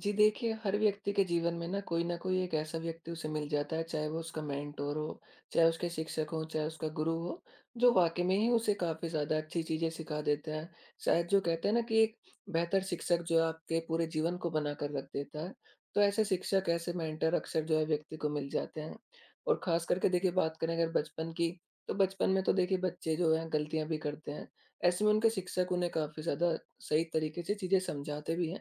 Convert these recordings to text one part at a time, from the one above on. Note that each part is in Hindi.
जी देखिए, हर व्यक्ति के जीवन में ना कोई न कोई एक ऐसा व्यक्ति उसे मिल जाता है, चाहे वो उसका मेंटर हो, चाहे उसके शिक्षक हों, चाहे उसका गुरु हो, जो वाक़ई में ही उसे काफ़ी ज़्यादा अच्छी चीज़ें सिखा देता है। शायद जो कहते हैं ना कि एक बेहतर शिक्षक जो है आपके पूरे जीवन को बनाकर रख देता है, तो ऐसे शिक्षक, ऐसे मेंटर अक्सर जो है व्यक्ति को मिल जाते हैं। और ख़ास करके देखिए, बात करें अगर बचपन की, तो बचपन में तो देखिए बच्चे जो हैं गलतियाँ भी करते हैं। ऐसे में उनके शिक्षक उन्हें काफ़ी ज़्यादा सही तरीके से चीज़ें समझाते भी हैं।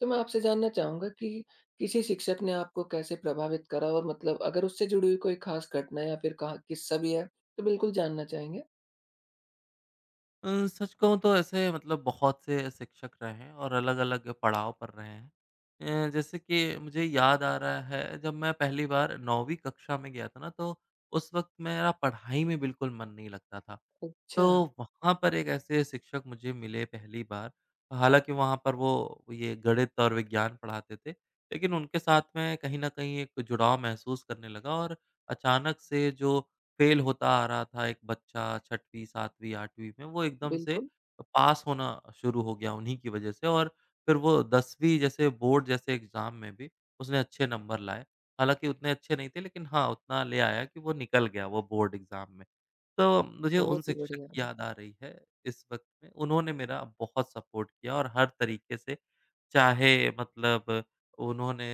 तो मैं आपसे जानना चाहूँगा कि किसी शिक्षक ने आपको कैसे प्रभावित करा? और मतलब अगर उससे जुड़ी हुई कोई ख़ास घटना या फिर कहा किस्सा भी है, तो बिल्कुल जानना चाहेंगे? सच कहूँ तो ऐसे मतलब बहुत से शिक्षक रहे हैं और अलग-अलग पड़ाव पर रहे हैं। जैसे कि मुझे याद आ रहा है जब मैं पहली बार 9वीं कक्षा में गया था ना, तो उस वक़्त मेरा पढ़ाई में बिल्कुल मन नहीं लगता था। अच्छा। तो वहाँ पर एक ऐसे शिक्षक मुझे मिले पहली बार, हालाँकि वहाँ पर वो ये गणित और विज्ञान पढ़ाते थे, लेकिन उनके साथ में कहीं न कहीं एक जुड़ाव महसूस करने लगा और अचानक से जो फेल होता आ रहा था एक बच्चा 6वीं, 7वीं, 8वीं में, वो एकदम से बिल्कुल। पास होना शुरू हो गया उन्हीं की वजह से और फिर वो 10वीं जैसे बोर्ड जैसे एग्ज़ाम में भी उसने अच्छे नंबर लाए। हालाँकि उतने अच्छे नहीं थे, लेकिन हाँ, उतना ले आया कि वो निकल गया वो बोर्ड एग्ज़ाम में। तो मुझे उन बहुत ही शिक्षक बढ़िया। की याद आ रही है इस वक़्त में। उन्होंने मेरा बहुत सपोर्ट किया और हर तरीके से, चाहे मतलब उन्होंने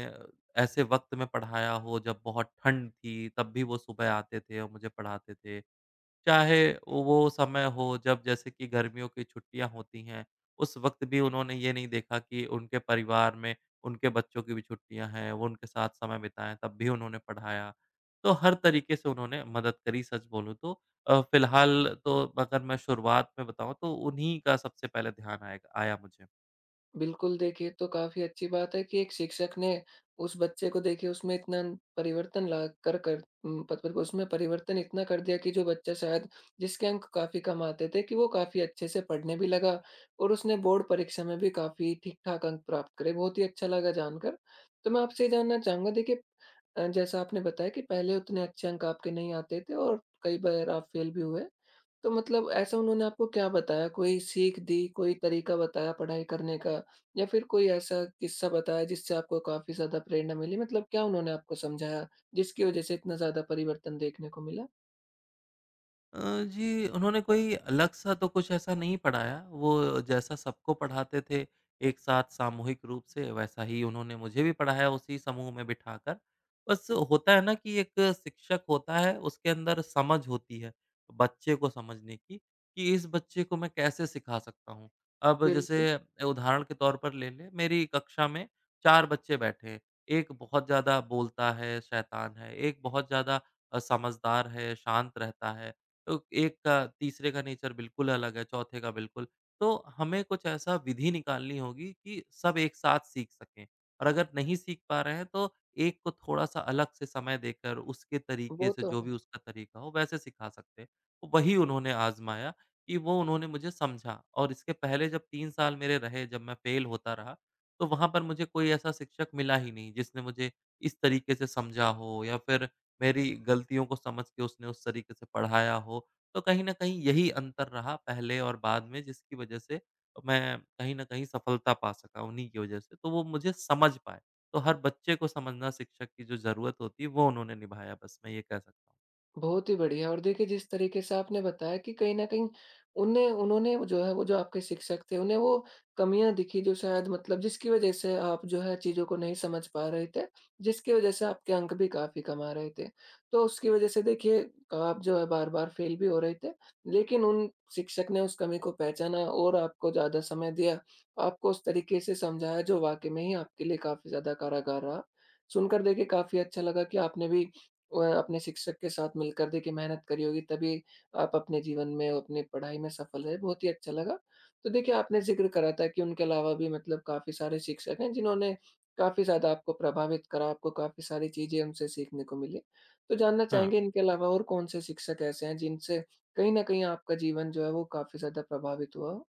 ऐसे वक़्त में पढ़ाया हो जब बहुत ठंड थी, तब भी वो सुबह आते थे और मुझे पढ़ाते थे। चाहे वो समय हो जब जैसे कि गर्मियों की छुट्टियाँ होती हैं, उस वक़्त भी उन्होंने ये नहीं देखा कि उनके परिवार में उनके बच्चों की भी छुट्टियाँ हैं, वो उनके साथ समय बिताएँ, तब भी उन्होंने पढ़ाया। तो हर तरीके से उन्होंने मदद करी सच बोलूँ तो। फ़िलहाल तो अगर मैं शुरुआत में बताऊँ तो उन्हीं का सबसे पहले ध्यान आएगा आया मुझे। बिल्कुल, देखिए तो काफ़ी अच्छी बात है कि एक शिक्षक ने उस बच्चे को देखिए उसमें इतना परिवर्तन ला कर कर उम, प प उसमें परिवर्तन इतना कर दिया कि जो बच्चा शायद, जिसके अंक काफ़ी कम आते थे, कि वो काफ़ी अच्छे से पढ़ने भी लगा और उसने बोर्ड परीक्षा में भी काफ़ी ठीक-ठाक अंक प्राप्त करे। बहुत ही अच्छा लगा जानकर। तो मैं आपसे ये जानना चाहूँगा देखिए, जैसा आपने बताया कि पहले उतने अच्छे अंक आपके नहीं आते थे और कई बार आप फेल भी हुए। तो मतलब ऐसा उन्होंने आपको क्या बताया? कोई सीख दी, कोई तरीका बताया पढ़ाई करने का, या फिर कोई ऐसा किस्सा बताया जिससे आपको काफ़ी ज़्यादा प्रेरणा मिली? मतलब क्या उन्होंने आपको समझाया जिसकी वज़ह से इतना ज़्यादा परिवर्तन देखने को मिला? अ, जी, उन्होंने कोई अलग सा तो कुछ ऐसा नहीं पढ़ाया, वो जैसा सबको पढ़ाते थे एक साथ सामूहिक रूप से, वैसा ही उन्होंने मुझे भी पढ़ाया उसी समूह में बिठाकर। बस होता है ना कि एक शिक्षक होता है, उसके अंदर समझ होती है, बच्चे को समझने की, कि इस बच्चे को मैं कैसे सिखा सकता हूँ। अब जैसे बिल्कुल। उदाहरण के तौर पर ले लें, मेरी कक्षा में 4 बच्चे बैठे हैं, एक बहुत ज़्यादा बोलता है, शैतान है, एक बहुत ज़्यादा समझदार है, शांत रहता है, तो एक का तीसरे का नेचर बिल्कुल अलग है, चौथे का बिल्कुल। तो हमें कुछ ऐसा विधि निकालनी होगी कि सब एक साथ सीख सकें और अगर नहीं सीख पा रहे हैं तो एक को थोड़ा-सा अलग से समय देकर उसके वो तरीके से तो जो भी है। उसका तरीका हो वैसे सिखा सकते हैं। तो वही उन्होंने आज़माया कि वो उन्होंने मुझे समझा और इसके पहले जब 3 साल मेरे रहे जब मैं फेल होता रहा, तो वहाँ पर मुझे कोई ऐसा शिक्षक मिला ही नहीं जिसने मुझे इस तरीके से समझा हो या फिर मेरी गलतियों को समझ के उसने उस तरीके से पढ़ाया हो। तो कहीं न कहीं यही अंतर रहा पहले और बाद में जिसकी वजह से मैं कहीं न कहीं सफलता पा सका उन्हीं की वजह से। तो वो मुझे समझ पाए। तो हर बच्चे को समझना शिक्षक की जो ज़रूरत होती है वो उन्होंने निभाया बस मैं ये कह सकता हूँ। बहुत ही बढ़िया। और देखिए जिस तरीके से आपने बताया कि कहीं न कहीं उन्हें उन्होंने वो जो है, वो जो आपके शिक्षक थे, उन्हें वो कमियाँ दिखी, जो शायद मतलब जिसकी वज़ह से आप जो है चीज़ों को नहीं समझ पा रहे थे, जिसकी वज़ह से आपके अंक भी काफ़ी कम आ रहे थे। तो उसकी वज़ह से देखिए आप जो है बार-बार फेल भी हो रहे थे, लेकिन उन शिक्षक ने उस कमी को पहचाना और आपको ज़्यादा समय दिया, आपको उस तरीके से समझाया जो वाक़ई में ही आपके लिए काफ़ी ज़्यादा कारागार रहा। सुनकर देखिए काफ़ी अच्छा लगा कि आपने भी और अपने शिक्षक के साथ मिलकर देखिए मेहनत करी होगी, तभी आप अपने जीवन में, अपनी पढ़ाई में सफल रहे। बहुत ही अच्छा लगा। तो देखिए, आपने ज़िक्र करा था कि उनके अलावा भी मतलब काफ़ी सारे शिक्षक हैं जिन्होंने काफ़ी ज़्यादा आपको प्रभावित करा, आपको काफ़ी सारी चीज़ें उनसे सीखने को मिली। तो जानना हाँ। चाहेंगे इनके अलावा और कौन-से शिक्षक ऐसे हैं जिनसे कहीं न कहीं आपका जीवन जो है वो काफ़ी ज़्यादा प्रभावित हुआ हो?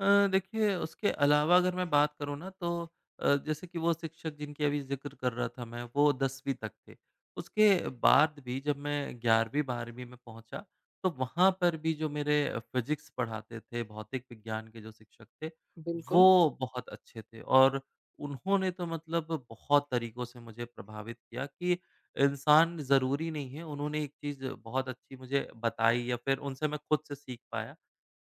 देखिए उसके अलावा अगर मैं बात करूँ ना तो जैसे कि वो शिक्षक जिनकी अभी ज़िक्र कर रहा था मैं वो 10वीं तक थे। उसके बाद भी जब मैं 11वीं-12वीं में पहुँचा तो वहाँ पर भी जो मेरे फ़िज़िक्स पढ़ाते थे, भौतिक विज्ञान के जो शिक्षक थे, वो बिल्कुल। बहुत अच्छे थे और उन्होंने तो मतलब बहुत तरीकों से मुझे प्रभावित किया कि इंसान ज़रूरी नहीं है। उन्होंने एक चीज़ बहुत अच्छी मुझे बताई या फिर उनसे मैं खुद से सीख पाया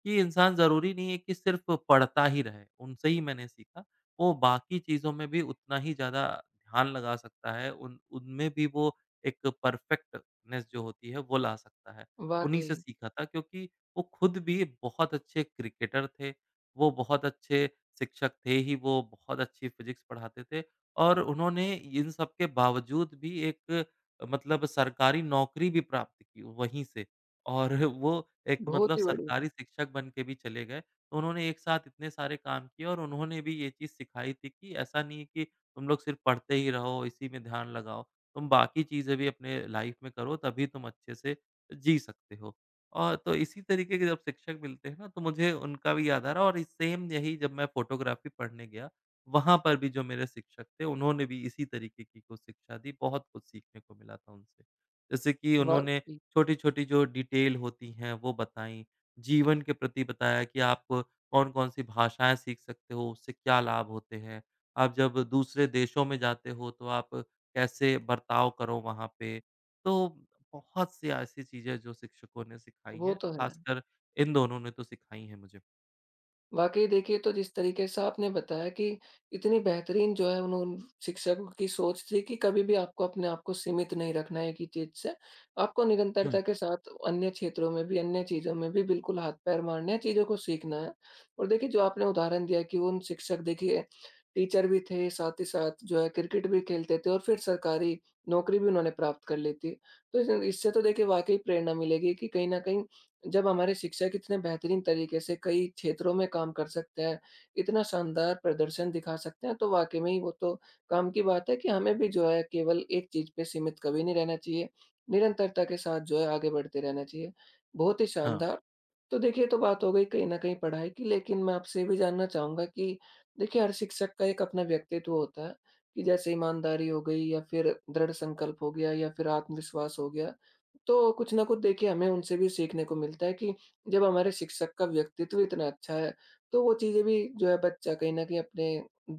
कि इंसान ज़रूरी नहीं है कि सिर्फ़ पढ़ता ही रहे, उनसे ही मैंने सीखा। वो बाकी चीज़ों में भी उतना ही ज़्यादा ध्यान लगा सकता है, उन उनमें भी वो एक परफ़ेक्टनेस जो होती है, वो ला सकता है। उन्हीं वाक़ई। से सीखा था क्योंकि वो खुद भी बहुत अच्छे क्रिकेटर थे, वो बहुत अच्छे शिक्षक थे ही, वो बहुत अच्छी फ़िज़िक्स पढ़ाते थे और उन्होंने इन सब के बावजूद भी एक मतलब सरकारी नौकरी भी प्राप्त की वहीं से। और वो एक बहुत मतलब ही बढ़िया। सरकारी शिक्षक बन के भी चले गए। तो उन्होंने एक साथ इतने सारे काम किए और उन्होंने भी ये चीज़ सिखाई थी कि ऐसा नहीं है कि तुम लोग सिर्फ़ पढ़ते ही रहो, इसी में ध्यान लगाओ। तुम बाकी चीज़ें भी अपने लाइफ़ में करो तभी तुम अच्छे से जी सकते हो। और तो इसी तरीके के जब शिक्षक मिलते हैं ना तो मुझे उनका भी याद आ रहा है और इस सेम यही जब मैं फ़ोटोग्राफ़ी पढ़ने गया, वहाँ पर भी जो मेरे शिक्षक थे उन्होंने भी इसी तरीके की कुछ शिक्षा दी, बहुत कुछ सीखने को मिला था उनसे। जैसे कि उन्होंने वाक़ई। छोटी-छोटी जो डिटेल होती हैं वो बताई, जीवन के प्रति बताया कि आप कौन-कौन सी भाषाएँ सीख सकते हो, उससे क्या लाभ होते हैं। आप जब दूसरे देशों में जाते हो तो आप कैसे बर्ताव करो वहाँ पे। तो बहुत सी ऐसी चीज़ें जो शिक्षकों ने सिखाई वो हैं, तो है। खासकर इन दोनों ने तो सिखाई हैं मुझे। वाक़ई देखिए, तो जिस तरीके से आपने बताया कि इतनी बेहतरीन जो है उन्होंन शिक्षकों की सोच थी कि कभी भी आपको अपने आप को सीमित नहीं रखना है एक ही चीज़ से। आपको हुँ, निरंतरता के साथ अन्य क्षेत्रों में भी, अन्य चीज़ों में भी बिल्कुल हाथ-पैर मारने हैं, चीज़ों को सीखना है। और देखिए, जो आपने उदाहरण दिया कि उन शिक्षक देखिए टीचर भी थे, साथ ही साथ जो है क्रिकेट भी खेलते थे, और फिर सरकारी नौकरी भी उन्होंने प्राप्त कर ली थी। तो इस इससे तो देखिए वाक़ई प्रेरणा मिलेगी कि कहीं न कहीं जब हमारे शिक्षक इतने बेहतरीन तरीके से कई क्षेत्रों में काम कर सकते हैं, इतना शानदार प्रदर्शन दिखा सकते हैं, तो वाक़ई में ही वो तो काम की बात है कि हमें भी जो है केवल एक चीज़ पे सीमित कभी नहीं रहना चाहिए। निरंतरता के साथ जो है आगे बढ़ते रहना चाहिए। बहुत ही हाँ। शानदार। तो देखिए, ये तो बात हो गई कहीं न कहीं पढ़ाई की, लेकिन मैं आपसे ये भी जानना चाहूँगा कि देखिए, हर शिक्षक का एक अपना व्यक्तित्व होता है, कि जैसे ईमानदारी हो गई, या फिर दृढ़ संकल्प हो गया, या फिर आत्मविश्वास हो गया। तो कुछ ना कुछ देखिए हमें उनसे भी सीखने को मिलता है कि जब हमारे शिक्षक का व्यक्तित्व इतना अच्छा है, तो वो चीज़ें भी जो है बच्चा कहीं न कहीं अपने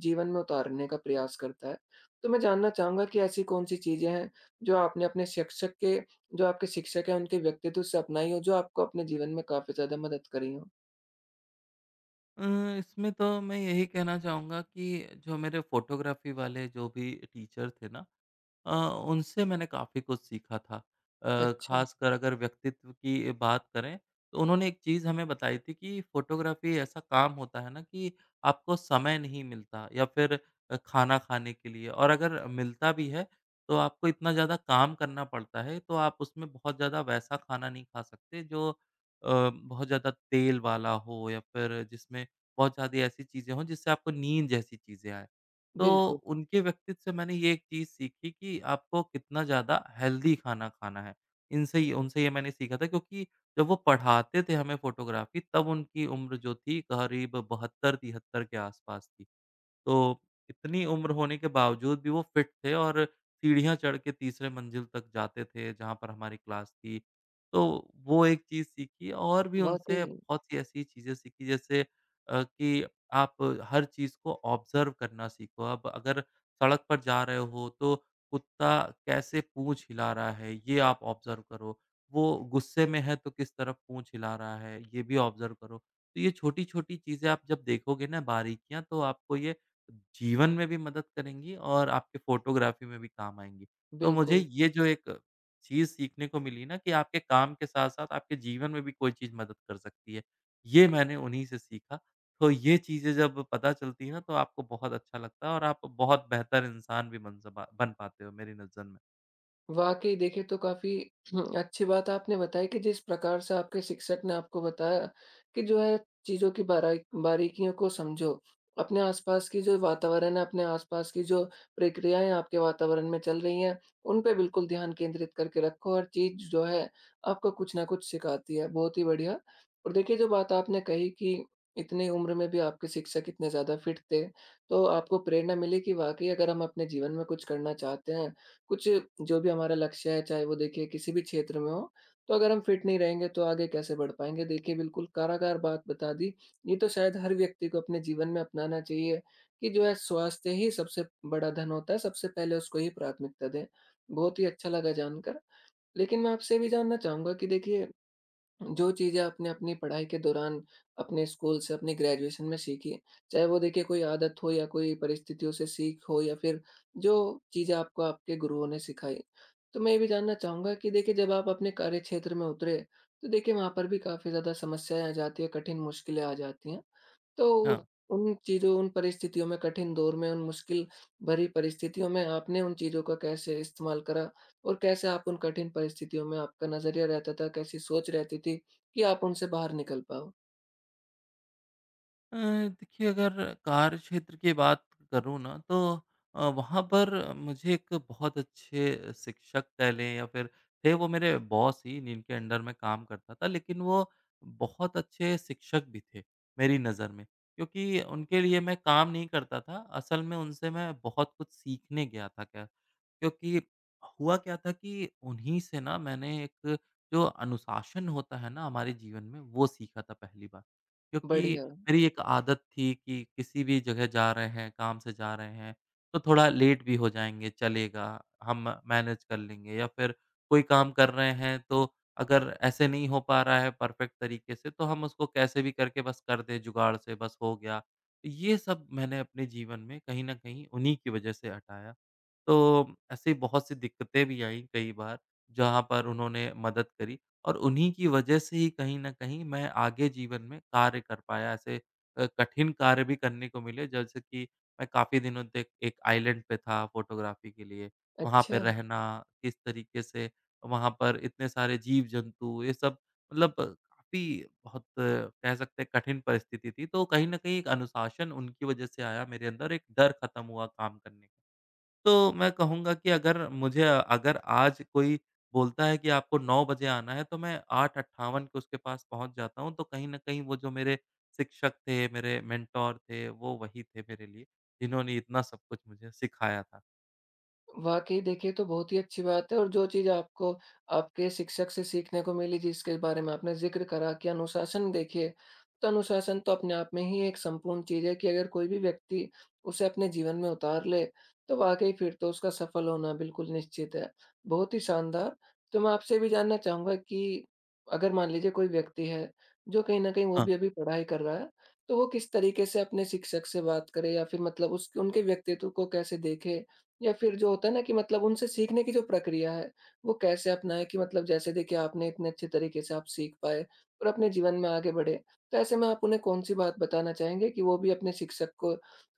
जीवन में उतारने का प्रयास करता है। तो मैं जानना चाहूँगा कि ऐसी कौन-सी चीज़ें हैं जो आपने अपने शिक्षक के, जो आपके शिक्षक हैं, उनके व्यक्तित्व से अपनाई हो, जो आपको अपने जीवन में काफ़ी ज़्यादा मदद करी हो? अ, इसमें तो मैं यही कहना चाहूँगा कि जो मेरे फ़ोटोग्राफ़ी वाले जो भी टीचर थे ना अ, उनसे मैंने काफ़ी कुछ सीखा था। अच्छा। ख़ासकर अगर व्यक्तित्व की बात करें, तो उन्होंने एक चीज़ हमें बताई थी कि फ़ोटोग्राफ़ी ऐसा काम होता है ना कि आपको समय नहीं मिलता या फिर खाना खाने के लिए और अगर मिलता भी है, तो आपको इतना ज़्यादा काम करना पड़ता है, तो आप उसमें बहुत ज़्यादा वैसा खाना नहीं खा सकते जो बहुत ज़्यादा तेल वाला हो या फिर जिसमें बहुत ज़्यादा ऐसी चीज़ें हों जिससे आपको नींद जैसी चीज़ें आएँ। तो बिल्कुल। उनके व्यक्तित्व से मैंने ये एक चीज़ सीखी कि आपको कितना ज़्यादा हेल्दी खाना खाना है। इनसे ये उनसे ये मैंने सीखा था क्योंकि जब वो पढ़ाते थे हमें फ़ोटोग्राफ़ी तब उनकी उम्र जो थी करीब 72-73 के आस-पास थी। तो इतनी उम्र होने के बावजूद भी वो फिट थे और सीढ़ियाँ चढ़ के तीसरे मंजिल तक जाते थे, जहाँ पर हमारी क्लास थी। तो वो एक चीज़ सीखी और भी वाक़ई। उनसे बहुत सी ऐसी चीज़ें सीखी जैसे कि आप हर चीज़ को ऑब्ज़र्व करना सीखो। अब अगर सड़क पर जा रहे हो तो कुत्ता कैसे पूँछ हिला रहा है, ये आप ऑब्ज़र्व करो। वो गुस्से में है तो किस तरफ पूँछ हिला रहा है, ये भी ऑब्ज़र्व करो। तो ये छोटी-छोटी चीज़ें आप जब देखोगे ना बारीकियाँ तो आपको ये जीवन में भी मदद करेंगी और आपके फ़ोटोग्राफ़ी में भी काम आएँगी। तो मुझे बिल्कुल। ये जो एक चीज़ सीखने को मिली ना कि आपके काम के साथ-साथ आपके जीवन में भी कोई चीज़ मदद कर सकती है, ये मैंने उन्हीं से सीखा। तो ये चीज़ें जब पता चलती है ना तो आपको बहुत अच्छा लगता है और आप बहुत बेहतर इंसान भी बन पाते हो मेरी नज़र में। वाक़ई देखिए, तो काफ़ी अच्छी बात आपने बताई कि जिस प्रकार से आपके शिक्षक ने आपको बताया कि जो है चीज़ों की बाराई बारीकियों को समझो। अपने आस-पास की जो वातावरण है, अपने आस-पास की जो प्रक्रियाएँ आपके वातावरण में चल रही हैं, उन पे बिल्कुल ध्यान केंद्रित करके रखो। हर चीज़ जो है आपको कुछ न कुछ सिखाती है। बहुत ही बढ़िया। और देखिए, जो बात आपने कही कि इतनी उम्र में भी आपके शिक्षक इतने ज़्यादा फिट थे, तो आपको प्रेरणा मिली कि वाक़ई अगर हम अपने जीवन में कुछ करना चाहते हैं, कुछ जो भी हमारा लक्ष्य है, चाहे वो देखिए किसी भी क्षेत्र में हो, तो अगर हम फिट नहीं रहेंगे तो आगे कैसे बढ़ पाएँगे? देखिए बिल्कुल कारागार बात बता दी। ये तो शायद हर व्यक्ति को अपने जीवन में अपनाना चाहिए कि जो है स्वास्थ्य ही सबसे बड़ा धन होता है, सबसे पहले उसको ही प्राथमिकता दें। बहुत ही अच्छा लगा जानकर। लेकिन मैं आपसे ये भी जानना चाहूँगा कि देखिए, जो चीज़ें आपने अपनी पढ़ाई के दौरान अपने स्कूल से, अपनी ग्रेजुएशन में सीखी, चाहे वो देखिए कोई आदत हो, या कोई परिस्थितियों से सीख हो, या फिर जो चीज़ें आपको आपके गुरुओं ने सिखाई। तो मैं ये भी जानना चाहूँगा कि देखिए, जब आप अपने कार्यक्षेत्र में उतरे, तो देखिए वहाँ पर भी काफ़ी ज़्यादा समस्याएँ आ जाती हैं, कठिन मुश्किलें आ जाती हैं। तो उस हाँ। उन चीज़ों, उन परिस्थितियों में, कठिन दौर में, उन मुश्किल भरी परिस्थितियों में आपने उन चीज़ों का कैसे इस्तेमाल करा? और कैसे आप उन कठिन परिस्थितियों में, आपका नज़रिया रहता था, कैसी सोच रहती थी कि आप उनसे बाहर निकल पाओ? अ, देखिए अगर कार्य क्षेत्र की बात करूँ ना तो वहाँ पर मुझे एक बहुत अच्छे शिक्षक कह लें या फिर थे वो मेरे बॉस ही जिनके अंडर में काम करता था लेकिन वो बहुत अच्छे शिक्षक भी थे मेरी नज़र में क्योंकि उनके लिए मैं काम नहीं करता था असल में उनसे मैं बहुत कुछ सीखने गया था क्या क्योंकि हुआ क्या था कि उन्हीं से ना मैंने एक जो अनुशासन होता है ना हमारे जीवन में वो सीखा था पहली बार क्योंकि बढ़िया। मेरी एक आदत थी कि किसी भी जगह जा रहे हैं, काम से जा रहे हैं, तो थोड़ा लेट भी हो जाएँगे, चलेगा, हम मैनेज कर लेंगे या फिर कोई काम कर रहे हैं, तो अगर ऐसे नहीं हो पा रहा है परफेक्ट तरीके से, तो हम उसको कैसे भी करके बस कर दें जुगाड़ से, बस हो गया। ये सब मैंने अपने जीवन में कहीं न कहीं उन्हीं की वजह से हटाया। तो ऐसी बहुत सी दिक्कतें भी आईं कई बार, जहाँ पर उन्होंने मदद करी। और उन्हीं की वजह से ही कहीं न कहीं मैं आगे जीवन में कार्य कर पाया, ऐसे कठिन कार्य भी करने को मिले जैसे कि मैं काफ़ी दिनों तक एक आइलैंड पे था फ़ोटोग्राफ़ी के लिए, वहाँ पे अच्छा। रहना, किस तरीके से वहाँ पर इतने सारे जीव-जंतु ये सब मतलब काफ़ी बहुत कह सकते हैं कठिन परिस्थिति थी, तो कहीं न कहीं एक अनुशासन उनकी वजह से आया मेरे अंदर, एक डर खत्म हुआ काम करने। तो मैं कहूँगा कि अगर मुझे अगर आज कोई बोलता है कि आपको 9 बजे आना है, तो मैं 8:58 के उसके पास पहुँच जाता हूँ। तो कहीं न कहीं वो जो मेरे शिक्षक थे, मेरे मेंटर थे, वो वही थे मेरे लिए, जिन्होंने इतना सब कुछ मुझे सिखाया था। वाक़ई देखिए, ये तो बहुत ही अच्छी बात है, और जो चीज़ आपको आपके शिक्षक से सीखने को मिली, जिसके बारे में आपने ज़िक्र करा, कि अनुशासन, देखिए तो अनुशासन तो अपने आप में ही एक संपूर्ण चीज़ है कि अगर कोई भी व्यक्ति उसे अपने जीवन में उतार ले, तो वाक़ई फिर तो उसका सफल होना बिल्कुल निश्चित है। बहुत ही शानदार! तो मैं आपसे भी जानना चाहूँगा कि अगर मान लीजिए कोई व्यक्ति है, जो कहीं न कहीं वो हाँ। भी अभी पढ़ाई कर रहा है, तो वो किस तरीके से अपने शिक्षक से बात करे, या फिर मतलब उस उनके व्यक्तित्व को कैसे देखे? या फिर जो होता है ना कि मतलब उनसे सीखने की जो प्रक्रिया है, वो कैसे अपनाएँ, कि मतलब जैसे देखिए आपने इतने अच्छे तरीके से आप सीख पाए और अपने जीवन में आगे बढ़े। तो ऐसे में आप उन्हें कौन-सी बात बताना चाहेंगे कि वो भी अपने शिक्षक को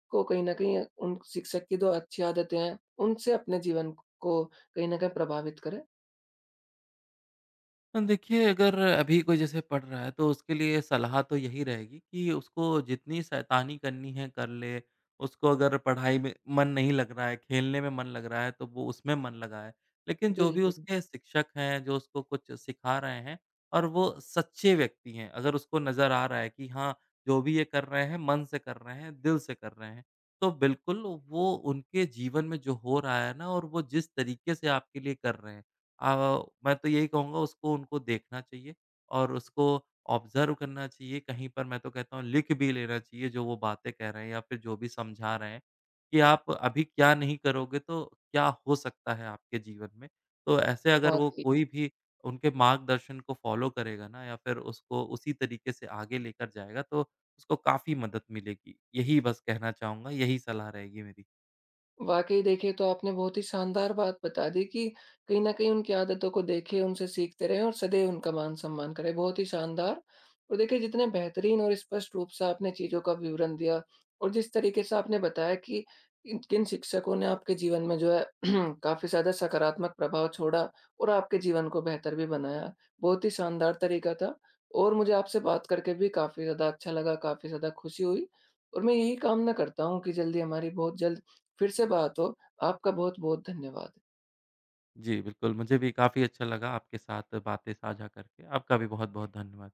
को कहीं न कहीं, उन शिक्षक की जो अच्छी आदतें हैं, उनसे अपने जीवन को कहीं न कहीं प्रभावित करें? देखिए, अगर अभी कोई जैसे पढ़ रहा है, तो उसके लिए सलाह तो यही रहेगी कि उसको जितनी शैतानी करनी है कर ले। उसको अगर पढ़ाई में मन नहीं लग रहा है, खेलने में मन लग रहा है, तो वो उसमें मन लगाए। लेकिन जो भी बिल्कुल। उसके शिक्षक हैं, जो उसको कुछ सिखा रहे हैं और वो सच्चे व्यक्ति हैं, अगर उसको नज़र आ रहा है कि हाँ, जो भी ये कर रहे हैं, मन से कर रहे हैं, दिल से कर रहे हैं, तो बिल्कुल वो उनके जीवन में जो हो रहा है ना और वो जिस तरीके से आपके लिए कर रहे हैं, अ, मैं तो यही कहूँगा उसको उनको देखना चाहिए और उसको ऑब्ज़र्व करना चाहिए, कहीं पर मैं तो कहता हूँ लिख भी लेना चाहिए जो वो बातें कह रहे हैं या फिर जो भी समझा रहे हैं, कि आप अभी क्या नहीं करोगे तो क्या हो सकता है आपके जीवन में। तो ऐसे अगर बहुत वो ही कोई भी उनके मार्गदर्शन को फ़ॉलो करेगा ना या फिर उसको उसी तरीके से आगे लेकर जाएगा तो उसको काफ़ी मदद मिलेगी। यही बस कहना चाहूँगा, यही सलाह रहेगी मेरी। वाक़ई देखिए, तो आपने बहुत ही शानदार बात बता दी कि कहीं न कहीं उनकी आदतों को देखें, उनसे सीखते रहें, और सदैव उनका मान-सम्मान करें। बहुत ही शानदार। और देखिए, जितने बेहतरीन और स्पष्ट रूप से आपने चीज़ों का विवरण दिया और जिस तरीके से आपने बताया कि इन किन शिक्षकों ने आपके जीवन में जो है काफ़ी ज़्यादा सकारात्मक प्रभाव छोड़ा और आपके जीवन को बेहतर भी बनाया। बहुत ही शानदार तरीका था, और मुझे आपसे बात करके भी काफ़ी ज़्यादा अच्छा लगा, काफ़ी ज़्यादा खुशी हुई, और मैं यही कामना करता हूँ कि जल्दी हमारी, बहुत जल्द फिर से बात हो। आपका बहुत-बहुत धन्यवाद। जी, बिल्कुल, मुझे भी काफ़ी अच्छा लगा आपके साथ बातें साझा करके। आपका भी बहुत-बहुत धन्यवाद।